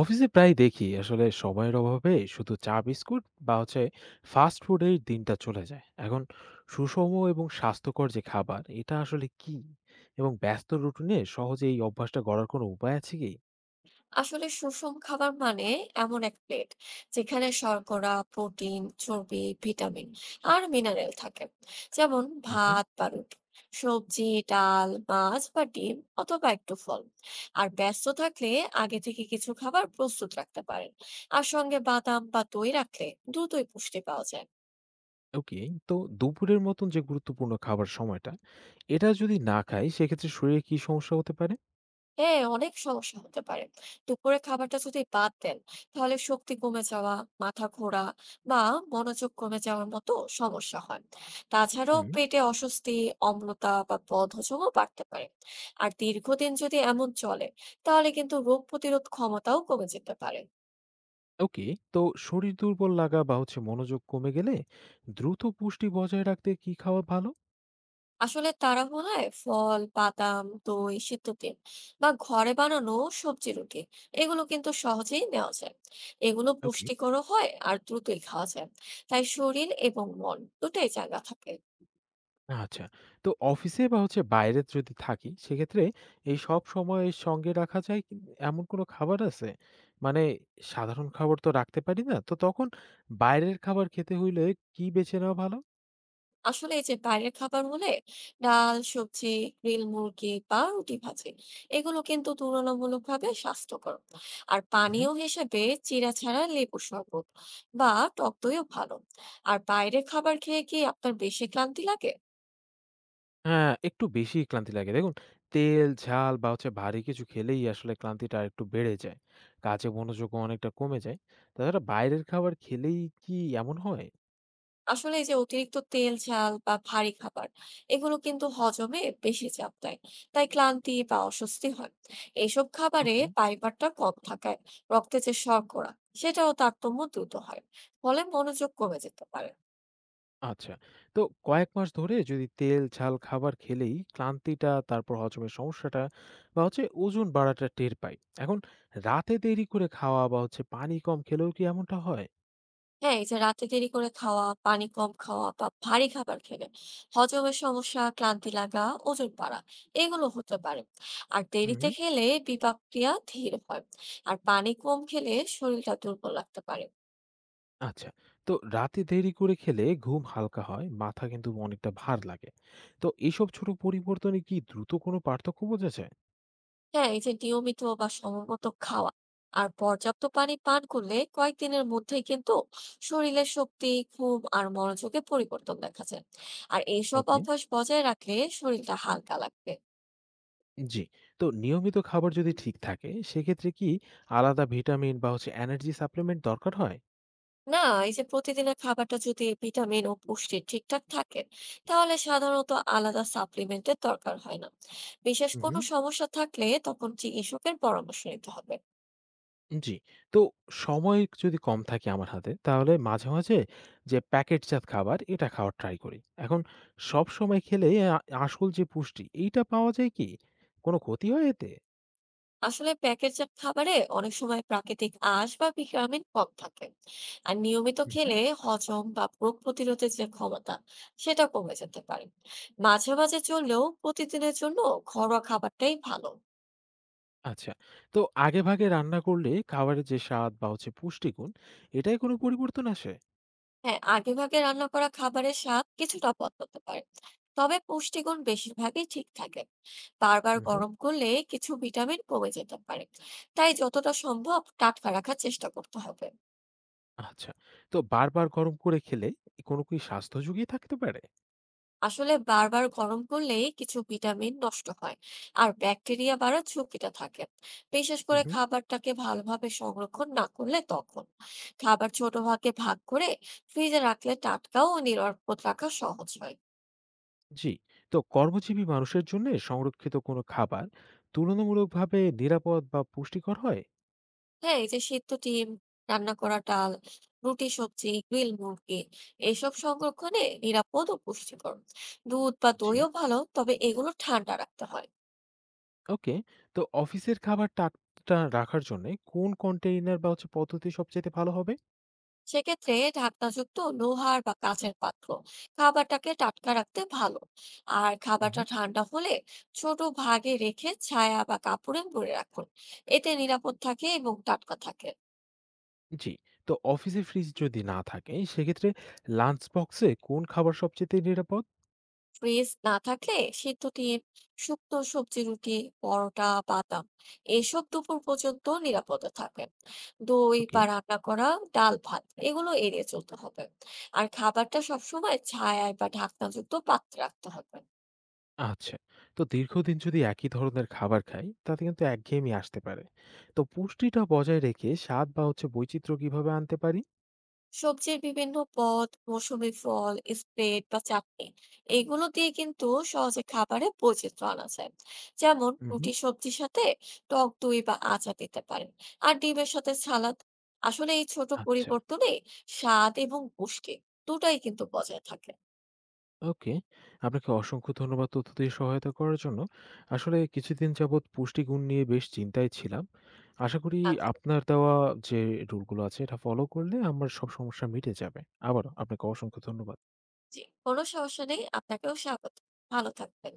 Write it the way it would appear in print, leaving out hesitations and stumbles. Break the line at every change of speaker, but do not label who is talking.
অফিসে প্রায় দেখি আসলে সময়ের অভাবে শুধু চা বিস্কুট বা হচ্ছে ফাস্ট ফুডের দিনটা চলে যায়। এখন সুষম এবং স্বাস্থ্যকর যে খাবার, এটা আসলে কি এবং ব্যস্ত রুটিনে সহজে এই অভ্যাসটা গড়ার কোনো উপায় আছে কি?
আসলে সুষম খাবার মানে এমন এক প্লেট যেখানে শর্করা প্রোটিন চর্বি ভিটামিন আর মিনারেল থাকে, যেমন
হুম।
ভাত বা রুটি, সবজি, ডাল, মাছ বা ডিম, অথবা একটু ফল। আর ব্যস্ত থাকলে আগে থেকে কিছু খাবার প্রস্তুত রাখতে পারেন। আর সঙ্গে বাদাম বা দই রাখলে দ্রুতই পুষ্টি পাওয়া যায়।
ওকে, তো দুপুরের মতন যে গুরুত্বপূর্ণ খাবার সময়টা, এটা যদি না খাই সেক্ষেত্রে শরীরে কি সমস্যা হতে পারে?
হ্যাঁ, অনেক সমস্যা হতে পারে। দুপুরের খাবারটা যদি বাদ দেন, তাহলে শক্তি কমে যাওয়া, মাথা ঘোরা বা মনোযোগ কমে যাওয়ার মতো সমস্যা হয়। তাছাড়াও
হুম।
পেটে অস্বস্তি, অম্লতা বা বদহজমও বাড়তে পারে। আর দীর্ঘদিন যদি এমন চলে, তাহলে কিন্তু রোগ প্রতিরোধ ক্ষমতাও কমে যেতে পারে।
ওকে, তো শরীর দুর্বল লাগা বা হচ্ছে মনোযোগ কমে গেলে দ্রুত পুষ্টি বজায় রাখতে কি খাওয়া ভালো?
আসলে তাড়াহুড়োয় ফল, বাদাম, দই, সিদ্ধ তেল বা ঘরে বানানো সবজি রুটি, এগুলো কিন্তু সহজেই নেওয়া যায়। এগুলো
ওকে।
পুষ্টিকরও হয় আর দ্রুতই খাওয়া যায়। তাই শরীর এবং মন দুটাই জায়গা থাকে।
আচ্ছা। তো অফিসে বা হচ্ছে বাইরে যদি থাকি সেক্ষেত্রে এই সব সময় সঙ্গে রাখা যায় কি, এমন কোনো খাবার আছে? মানে সাধারণ খাবার তো রাখতে পারি না। তো তখন বাইরের খাবার খেতে হইলে কি বেছে নেওয়া ভালো?
আসলে এই যে বাইরের খাবার হলে ডাল, সবজি, গ্রিল মুরগি বা রুটি ভাজি, এগুলো কিন্তু তুলনামূলকভাবে স্বাস্থ্যকর। আর
হুম, হুম।
পানীয় হিসেবে চিরা ছাড়া লেবু শরবত বা টক দইও ভালো। আর বাইরের খাবার খেয়ে কি আপনার বেশি ক্লান্তি লাগে?
হ্যাঁ, একটু বেশি ক্লান্তি লাগে। দেখুন, তেল, ঝাল বা হচ্ছে ভারী কিছু খেলেই আসলে ক্লান্তিটা আরেকটু বেড়ে যায়। কাজে মনোযোগও অনেকটা কমে যায়। তাছাড়া বাইরের খাবার খেলেই কি এমন হয়?
আসলে এই যে অতিরিক্ত তেল, ঝাল বা ভারী খাবার, এগুলো কিন্তু হজমে বেশি চাপ দেয়, তাই ক্লান্তি বা অস্বস্তি হয়। এইসব খাবারে
ওকে।
ফাইবারটা কম থাকায় রক্তে যে শর্করা, সেটাও তারতম্য দ্রুত হয়, ফলে মনোযোগ কমে যেতে পারে।
আচ্ছা। তো কয়েক মাস ধরে যদি তেল, ঝাল খাবার খেলেই ক্লান্তিটা, তারপর হজমের সমস্যাটা বা হচ্ছে ওজন বাড়াটা টের পাই। এখন রাতে দেরি করে খাওয়া বা হচ্ছে পানি কম খেলেও কি এমনটা হয়?
হ্যাঁ, এই যে রাতে দেরি করে খাওয়া, পানি কম খাওয়া বা ভারী খাবার খেলে হজমের সমস্যা, ক্লান্তি লাগা, ওজন বাড়া, এগুলো হতে পারে। আর দেরিতে
হুম।
খেলে বিপাক ক্রিয়া ধীর হয়। আর পানি কম খেলে শরীরটা দুর্বল লাগতে পারে।
আচ্ছা। তো রাতে দেরি করে খেলে ঘুম হালকা হয়, মাথা কিন্তু অনেকটা ভার লাগে। তো এসব ছোট পরিবর্তনে কি দ্রুত কোনো পার্থক্য বোঝা যায়?
হ্যাঁ, এই যে নিয়মিত বা সময়মতো খাওয়া আর পর্যাপ্ত পানি পান করলে কয়েকদিনের মধ্যেই কিন্তু শরীরের শক্তি, ঘুম আর মনোযোগে পরিবর্তন দেখা যায়। আর এইসব
ওকে।
অভ্যাস বজায় রাখলে শরীরটা হালকা লাগবে।
জি। তো নিয়মিত খাবার যদি ঠিক থাকে, সেক্ষেত্রে কি আলাদা ভিটামিন বা হচ্ছে এনার্জি সাপ্লিমেন্ট দরকার হয়?
না, এই যে প্রতিদিনের খাবারটা যদি ভিটামিন ও পুষ্টি ঠিকঠাক থাকে, তাহলে সাধারণত আলাদা সাপ্লিমেন্টের দরকার হয় না। বিশেষ
হুম।
কোনো সমস্যা থাকলে তখন চিকিৎসকের পরামর্শ নিতে হবে।
জি। তো সময় যদি কম থাকে আমার হাতে তাহলে মাঝে মাঝে যে প্যাকেটজাত খাবার এটা খাওয়ার ট্রাই করি। এখন সবসময় খেলে আ আসল যে পুষ্টি এইটা পাওয়া যায় কি? কোনো ক্ষতি হয় এতে?
আসলে প্যাকেটজাত খাবারে অনেক সময় প্রাকৃতিক আঁশ বা ভিটামিন কম থাকে, আর নিয়মিত
হু, হু।
খেলে হজম বা রোগ প্রতিরোধের যে ক্ষমতা, সেটা কমে যেতে পারে। মাঝে মাঝে চললেও প্রতিদিনের জন্য ঘরোয়া খাবারটাই ভালো।
আচ্ছা। তো আগেভাগে রান্না করলে খাবারের যে স্বাদ বা হচ্ছে পুষ্টিগুণ এটায় কোনো পরিবর্তন আসে?
হ্যাঁ, আগে ভাগে রান্না করা খাবারের স্বাদ কিছুটা বদলাতে পারে, তবে পুষ্টিগুণ বেশিরভাগই ঠিক থাকে। বারবার
হু, হু।
গরম করলে কিছু ভিটামিন কমে যেতে পারে, তাই যতটা সম্ভব টাটকা রাখার চেষ্টা করতে হবে।
আচ্ছা। তো বারবার গরম করে খেলে কোনো কি স্বাস্থ্য ঝুঁকি থাকতে পারে?
আসলে বারবার গরম করলেই কিছু ভিটামিন নষ্ট হয়, আর ব্যাকটেরিয়া বাড়ার ঝুঁকিটা থাকে, বিশেষ
হু,
করে
হু।
খাবারটাকে ভালোভাবে সংরক্ষণ না করলে। তখন খাবার ছোট ভাগে ভাগ করে ফ্রিজে রাখলে টাটকা ও নিরাপদ রাখা সহজ হয়।
জি। তো কর্মজীবী মানুষের জন্য সংরক্ষিত কোনো খাবার তুলনামূলকভাবে নিরাপদ বা পুষ্টিকর হয়?
হ্যাঁ, এই যে সিদ্ধ ডিম, রান্না করা ডাল, রুটি, সবজি, গ্রিল মুরগি, এসব সংরক্ষণে নিরাপদ ও পুষ্টিকর। দুধ বা
জি।
দইও ভালো, তবে এগুলো ঠান্ডা রাখতে হয়।
ওকে। তো অফিসের খাবার টাটকা রাখার জন্য কোন কন্টেইনার বা হচ্ছে পদ্ধতি সবচেয়ে ভালো হবে?
সেক্ষেত্রে ঢাকনাযুক্ত লোহার বা কাঁচের পাত্র খাবারটাকে টাটকা রাখতে ভালো। আর খাবারটা
হুম।
ঠান্ডা হলে ছোট ভাগে রেখে ছায়া বা কাপড়ে মুড়ে রাখুন। এতে নিরাপদ থাকে এবং টাটকা থাকে।
জি। তো অফিসে ফ্রিজ যদি না থাকে সেক্ষেত্রে লাঞ্চ বক্সে কোন খাবার সবচেয়ে নিরাপদ?
ফ্রিজ না থাকলে সিদ্ধ ডিম, শুক্তো সবজি, রুটি, পরোটা, বাদাম, এসব দুপুর পর্যন্ত নিরাপদে থাকে। দই
ওকে।
বা রান্না করা ডাল ভাত এগুলো এড়িয়ে চলতে হবে। আর খাবারটা সবসময় ছায়ায় বা ঢাকনাযুক্ত পাত্রে রাখতে হবে।
আচ্ছা। তো দীর্ঘদিন যদি একই ধরনের খাবার খাই তাতে কিন্তু একঘেয়েমি আসতে পারে। তো পুষ্টিটা বজায় রেখে স্বাদ বা হচ্ছে বৈচিত্র্য কিভাবে আনতে পারি?
সবজির বিভিন্ন পদ, মৌসুমী ফল, স্প্রেড বা চাটনি, এগুলো দিয়ে কিন্তু সহজে খাবারে বৈচিত্র্য আনা যায়। যেমন
হুম।
রুটি সবজির সাথে টক দই বা আচার দিতে পারেন, আর ডিমের সাথে সালাদ। আসলে এই ছোট
আচ্ছা।
পরিবর্তনে স্বাদ এবং পুষ্টি দুটাই কিন্তু বজায় থাকে।
ওকে। আপনাকে অসংখ্য ধন্যবাদ তথ্য দিয়ে সহায়তা করার জন্য। আসলে কিছুদিন যাবৎ পুষ্টিগুণ নিয়ে বেশ চিন্তায় ছিলাম। আশা করি
আচ্ছা।
আপনার দেওয়া যে রুলগুলো আছে এটা ফলো করলে আমার সব সমস্যা মিটে যাবে। আবারও আপনাকে অসংখ্য ধন্যবাদ।
জি, কোনো সমস্যা নেই। আপনাকেও স্বাগত। ভালো থাকবেন।